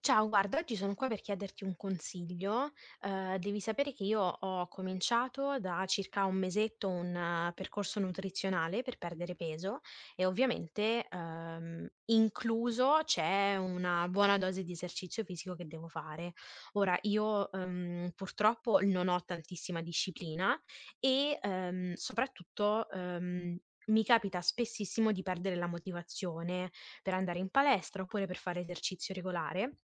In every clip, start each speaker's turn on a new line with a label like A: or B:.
A: Ciao, guarda, oggi sono qua per chiederti un consiglio. Devi sapere che io ho cominciato da circa un mesetto un percorso nutrizionale per perdere peso e ovviamente, incluso c'è una buona dose di esercizio fisico che devo fare. Ora io, purtroppo non ho tantissima disciplina e, soprattutto, mi capita spessissimo di perdere la motivazione per andare in palestra oppure per fare esercizio regolare,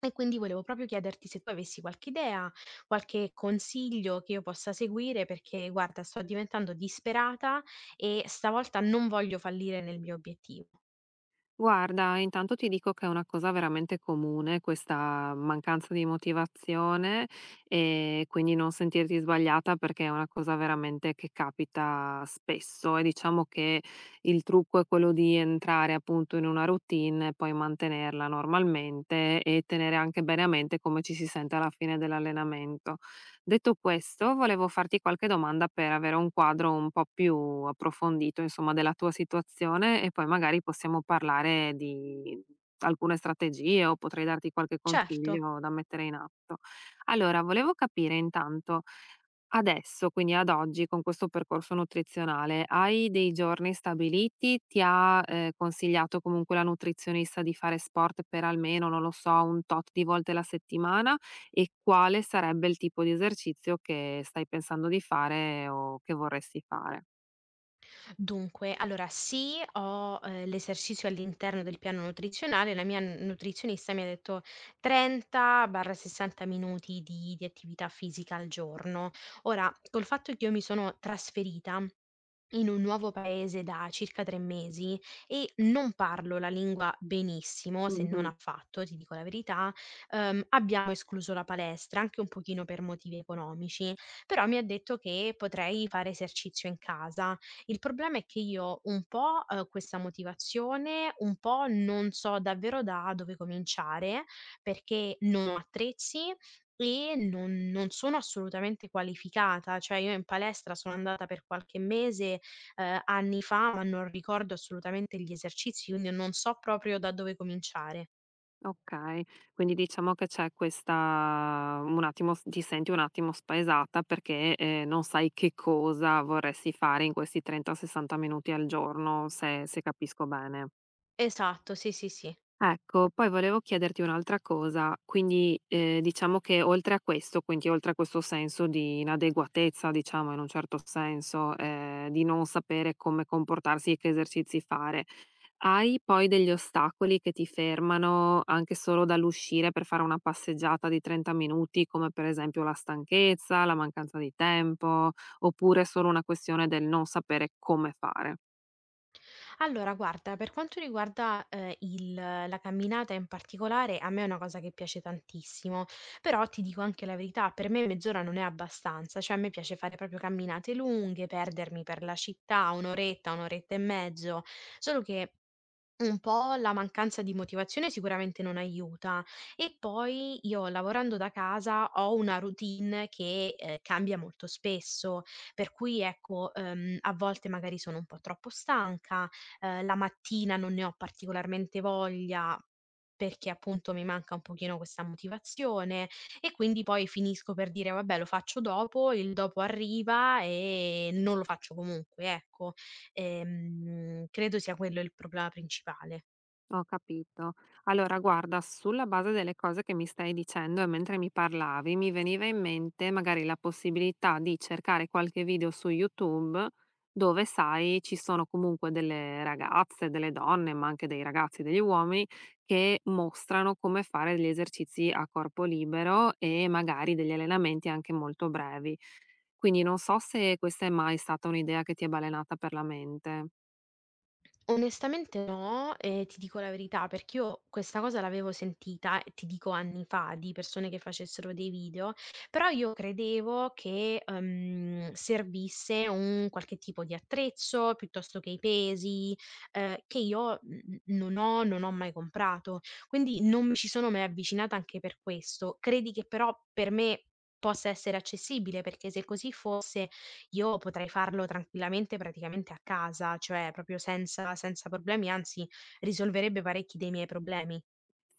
A: e quindi volevo proprio chiederti se tu avessi qualche idea, qualche consiglio che io possa seguire, perché guarda, sto diventando disperata e stavolta non voglio fallire nel mio obiettivo.
B: Guarda, intanto ti dico che è una cosa veramente comune questa mancanza di motivazione e quindi non sentirti sbagliata perché è una cosa veramente che capita spesso e diciamo che il trucco è quello di entrare appunto in una routine e poi mantenerla normalmente e tenere anche bene a mente come ci si sente alla fine dell'allenamento. Detto questo, volevo farti qualche domanda per avere un quadro un po' più approfondito, insomma, della tua situazione e poi magari possiamo parlare di alcune strategie o potrei darti qualche
A: Certo.
B: consiglio da mettere in atto. Allora, volevo capire intanto adesso, quindi ad oggi, con questo percorso nutrizionale, hai dei giorni stabiliti? Ti ha consigliato comunque la nutrizionista di fare sport per almeno, non lo so, un tot di volte la settimana? E quale sarebbe il tipo di esercizio che stai pensando di fare o che vorresti fare.
A: Dunque, allora sì, ho, l'esercizio all'interno del piano nutrizionale, la mia n nutrizionista mi ha detto 30/60 minuti di attività fisica al giorno. Ora, col fatto che io mi sono trasferita in un nuovo paese da circa 3 mesi e non parlo la lingua benissimo, se non
B: Mh-mh.
A: affatto, ti dico la verità, abbiamo escluso la palestra, anche un pochino per motivi economici, però mi ha detto che potrei fare esercizio in casa. Il problema è che io un po', questa motivazione, un po' non so davvero da dove cominciare, perché non ho attrezzi e non sono assolutamente qualificata. Cioè io in palestra sono andata per qualche mese anni fa, ma non ricordo assolutamente gli esercizi, quindi non so proprio da dove cominciare.
B: Okay, quindi diciamo che c'è questa, un attimo s ti senti un attimo spaesata perché, non sai che cosa vorresti fare in questi 30, 60 minuti al giorno, se capisco bene.
A: Esatto, sì, sì, sì.
B: Ecco, poi volevo chiederti un'altra cosa, quindi, diciamo che oltre a questo, quindi oltre a questo senso di inadeguatezza, diciamo in un certo senso, di non sapere come comportarsi e che esercizi fare, hai poi degli ostacoli che ti fermano anche solo dall'uscire per fare una passeggiata di 30 minuti, come per esempio la stanchezza, la mancanza di tempo, oppure è solo una questione del non sapere come fare?
A: Allora guarda, per quanto riguarda, il la camminata in particolare, a me è una cosa che piace tantissimo, però ti dico anche la verità, per me mezz'ora non è abbastanza, cioè a me piace fare proprio camminate lunghe, perdermi per la città, 1 oretta, 1 oretta e mezzo, solo che un po' la mancanza di motivazione sicuramente non aiuta e poi io lavorando da casa ho una routine che, cambia molto spesso, per cui ecco, a volte magari sono un po' troppo stanca, la mattina non ne ho particolarmente voglia perché appunto mi manca un pochino questa motivazione e quindi poi finisco per dire: "Vabbè, lo faccio dopo", il dopo arriva e non lo faccio comunque, ecco. Credo sia quello il problema principale.
B: Ho capito. Allora, guarda, sulla base delle cose che mi stai dicendo e mentre mi parlavi, mi veniva in mente magari la possibilità di cercare qualche video su YouTube dove, sai, ci sono comunque delle ragazze, delle donne, ma anche dei ragazzi, degli uomini che mostrano come fare degli esercizi a corpo libero e magari degli allenamenti anche molto brevi. Quindi non so se questa è mai stata un'idea che ti è balenata per la mente.
A: Onestamente no, e ti dico la verità, perché io questa cosa l'avevo sentita, e ti dico anni fa, di persone che facessero dei video, però io credevo che, servisse un qualche tipo di attrezzo, piuttosto che i pesi, che io, non ho mai comprato. Quindi non mi ci sono mai avvicinata anche per questo. Credi che però per me possa essere accessibile? Perché se così fosse io potrei farlo tranquillamente praticamente a casa, cioè proprio senza problemi, anzi risolverebbe parecchi dei miei problemi.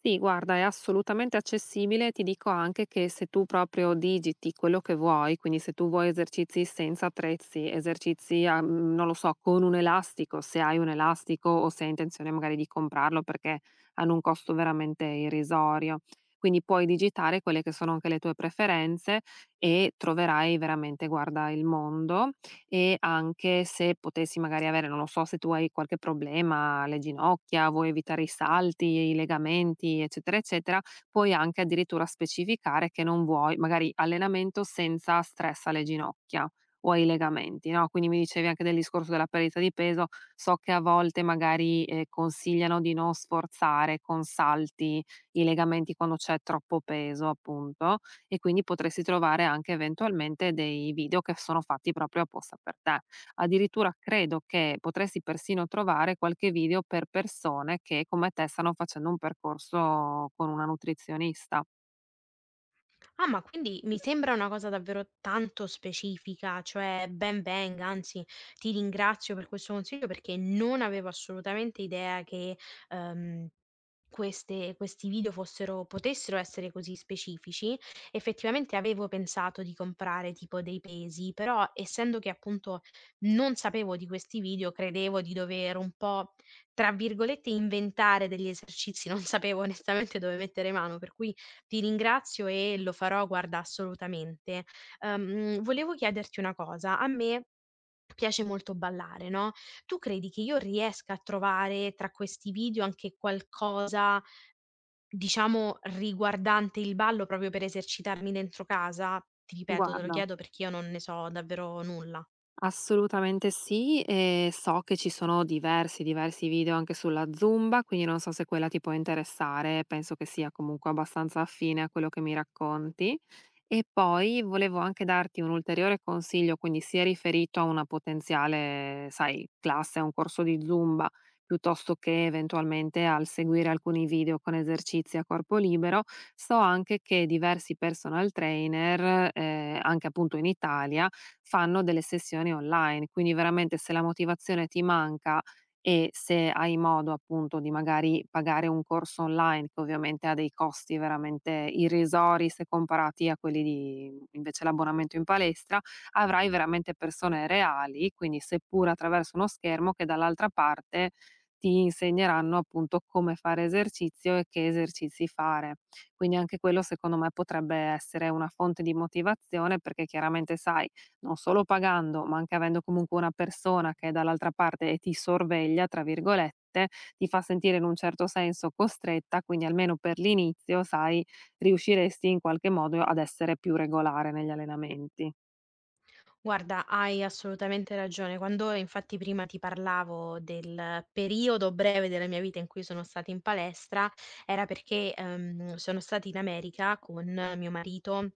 B: Sì, guarda, è assolutamente accessibile. Ti dico anche che se tu proprio digiti quello che vuoi, quindi se tu vuoi esercizi senza attrezzi, esercizi, non lo so, con un elastico, se hai un elastico o se hai intenzione magari di comprarlo, perché hanno un costo veramente irrisorio. Quindi puoi digitare quelle che sono anche le tue preferenze e troverai veramente, guarda, il mondo, e anche se potessi magari avere, non lo so, se tu hai qualche problema alle ginocchia, vuoi evitare i salti, i legamenti, eccetera, eccetera, puoi anche addirittura specificare che non vuoi magari allenamento senza stress alle ginocchia o ai legamenti, no, quindi mi dicevi anche del discorso della perdita di peso, so che a volte magari, consigliano di non sforzare con salti i legamenti quando c'è troppo peso, appunto, e quindi potresti trovare anche eventualmente dei video che sono fatti proprio apposta per te. Addirittura credo che potresti persino trovare qualche video per persone che come te stanno facendo un percorso con una nutrizionista.
A: Ah, ma quindi mi sembra una cosa davvero tanto specifica, cioè ben venga, anzi ti ringrazio per questo consiglio perché non avevo assolutamente idea che ehm, questi video fossero, potessero essere così specifici. Effettivamente avevo pensato di comprare tipo dei pesi, però essendo che appunto non sapevo di questi video, credevo di dover un po', tra virgolette, inventare degli esercizi, non sapevo onestamente dove mettere mano, per cui ti ringrazio e lo farò, guarda, assolutamente. Ehm, volevo chiederti una cosa, a me piace molto ballare, no, tu credi che io riesca a trovare tra questi video anche qualcosa, diciamo, riguardante il ballo proprio per esercitarmi dentro casa? Ti ripeto, te lo
B: Guarda,
A: chiedo perché io non ne so davvero nulla.
B: assolutamente sì, e so che ci sono diversi video anche sulla Zumba, quindi non so se quella ti può interessare, penso che sia comunque abbastanza affine a quello che mi racconti. E poi volevo anche darti un ulteriore consiglio, quindi sia riferito a una potenziale, sai, classe, a un corso di Zumba, piuttosto che eventualmente al seguire alcuni video con esercizi a corpo libero, so anche che diversi personal trainer, anche appunto in Italia, fanno delle sessioni online, quindi veramente se la motivazione ti manca e se hai modo appunto di magari pagare un corso online, che ovviamente ha dei costi veramente irrisori se comparati a quelli di invece l'abbonamento in palestra, avrai veramente persone reali, quindi seppur attraverso uno schermo, che dall'altra parte ti insegneranno appunto come fare esercizio e che esercizi fare. Quindi anche quello secondo me potrebbe essere una fonte di motivazione, perché chiaramente sai, non solo pagando, ma anche avendo comunque una persona che è dall'altra parte e ti sorveglia, tra virgolette, ti fa sentire in un certo senso costretta, quindi almeno per l'inizio, sai, riusciresti in qualche modo ad essere più regolare negli allenamenti.
A: Guarda, hai assolutamente ragione. Quando infatti prima ti parlavo del periodo breve della mia vita in cui sono stata in palestra, era perché sono stata in America con mio marito.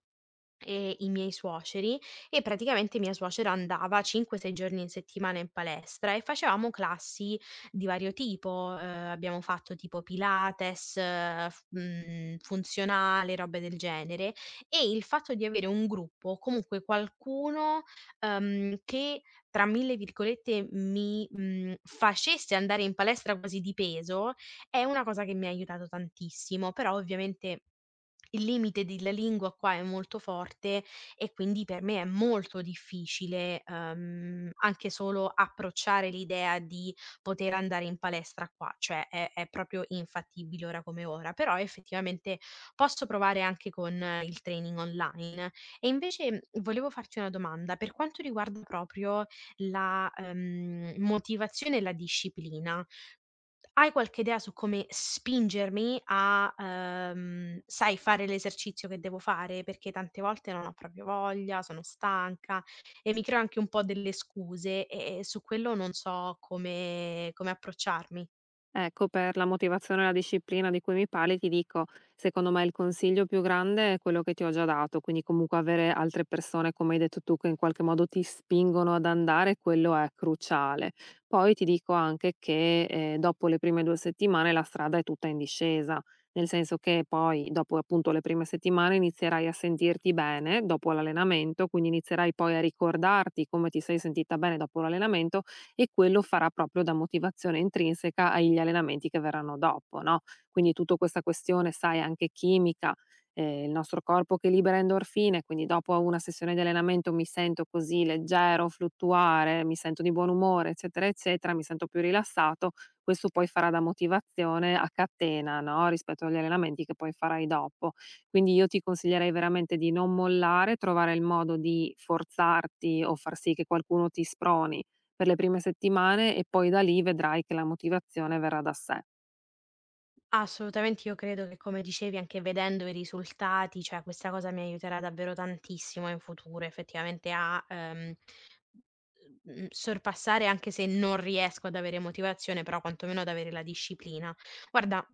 A: I miei suoceri e praticamente mia suocera andava 5, 6 giorni in settimana in palestra e facevamo classi di vario tipo, abbiamo fatto tipo Pilates, funzionale, robe del genere, e il fatto di avere un gruppo, comunque qualcuno, che tra mille virgolette mi, "facesse" andare in palestra quasi di peso, è una cosa che mi ha aiutato tantissimo, però ovviamente il limite della lingua qua è molto forte e quindi per me è molto difficile, anche solo approcciare l'idea di poter andare in palestra qua, cioè è proprio infattibile ora come ora. Però effettivamente posso provare anche con il training online. E invece volevo farti una domanda, per quanto riguarda proprio la, motivazione e la disciplina, hai qualche idea su come spingermi a, sai, fare l'esercizio che devo fare? Perché tante volte non ho proprio voglia, sono stanca e mi creo anche un po' delle scuse e su quello non so come approcciarmi.
B: Ecco, per la motivazione e la disciplina di cui mi parli, ti dico, secondo me il consiglio più grande è quello che ti ho già dato, quindi comunque avere altre persone, come hai detto tu, che in qualche modo ti spingono ad andare, quello è cruciale. Poi ti dico anche che dopo le prime due settimane la strada è tutta in discesa, nel senso che poi dopo appunto le prime settimane inizierai a sentirti bene dopo l'allenamento, quindi inizierai poi a ricordarti come ti sei sentita bene dopo l'allenamento e quello farà proprio da motivazione intrinseca agli allenamenti che verranno dopo, no? Quindi tutta questa questione, sai, anche chimica, il nostro corpo che libera endorfine, quindi dopo una sessione di allenamento mi sento così leggero, fluttuare, mi sento di buon umore, eccetera, eccetera, mi sento più rilassato, questo poi farà da motivazione a catena, no, rispetto agli allenamenti che poi farai dopo. Quindi io ti consiglierei veramente di non mollare, trovare il modo di forzarti o far sì che qualcuno ti sproni per le prime settimane e poi da lì vedrai che la motivazione verrà da sé.
A: Assolutamente, io credo che come dicevi anche vedendo i risultati, cioè questa cosa mi aiuterà davvero tantissimo in futuro effettivamente a, mhmm, sorpassare anche se non riesco ad avere motivazione, però quantomeno ad avere la disciplina. Guarda,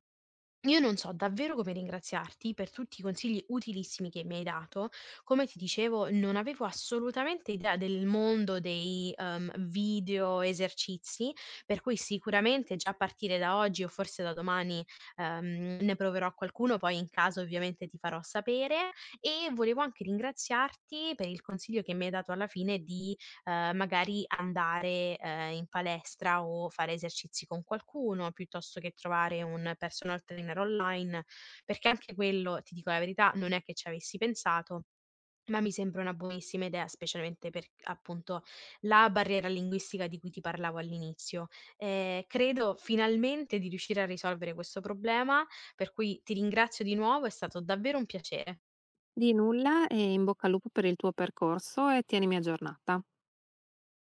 A: io non so davvero come ringraziarti per tutti i consigli utilissimi che mi hai dato. Come ti dicevo, non avevo assolutamente idea del mondo dei, video esercizi, per cui sicuramente già a partire da oggi o forse da domani ne proverò qualcuno, poi in caso ovviamente ti farò sapere. E volevo anche ringraziarti per il consiglio che mi hai dato alla fine di, magari andare, in palestra o fare esercizi con qualcuno, piuttosto che trovare un personal trainer online, perché anche quello, ti dico la verità, non è che ci avessi pensato, ma mi sembra una buonissima idea, specialmente per, appunto, la barriera linguistica di cui ti parlavo all'inizio. Credo finalmente di riuscire a risolvere questo problema, per cui ti ringrazio di nuovo, è stato davvero un piacere.
B: Di nulla e in bocca al lupo per il tuo percorso e tienimi aggiornata.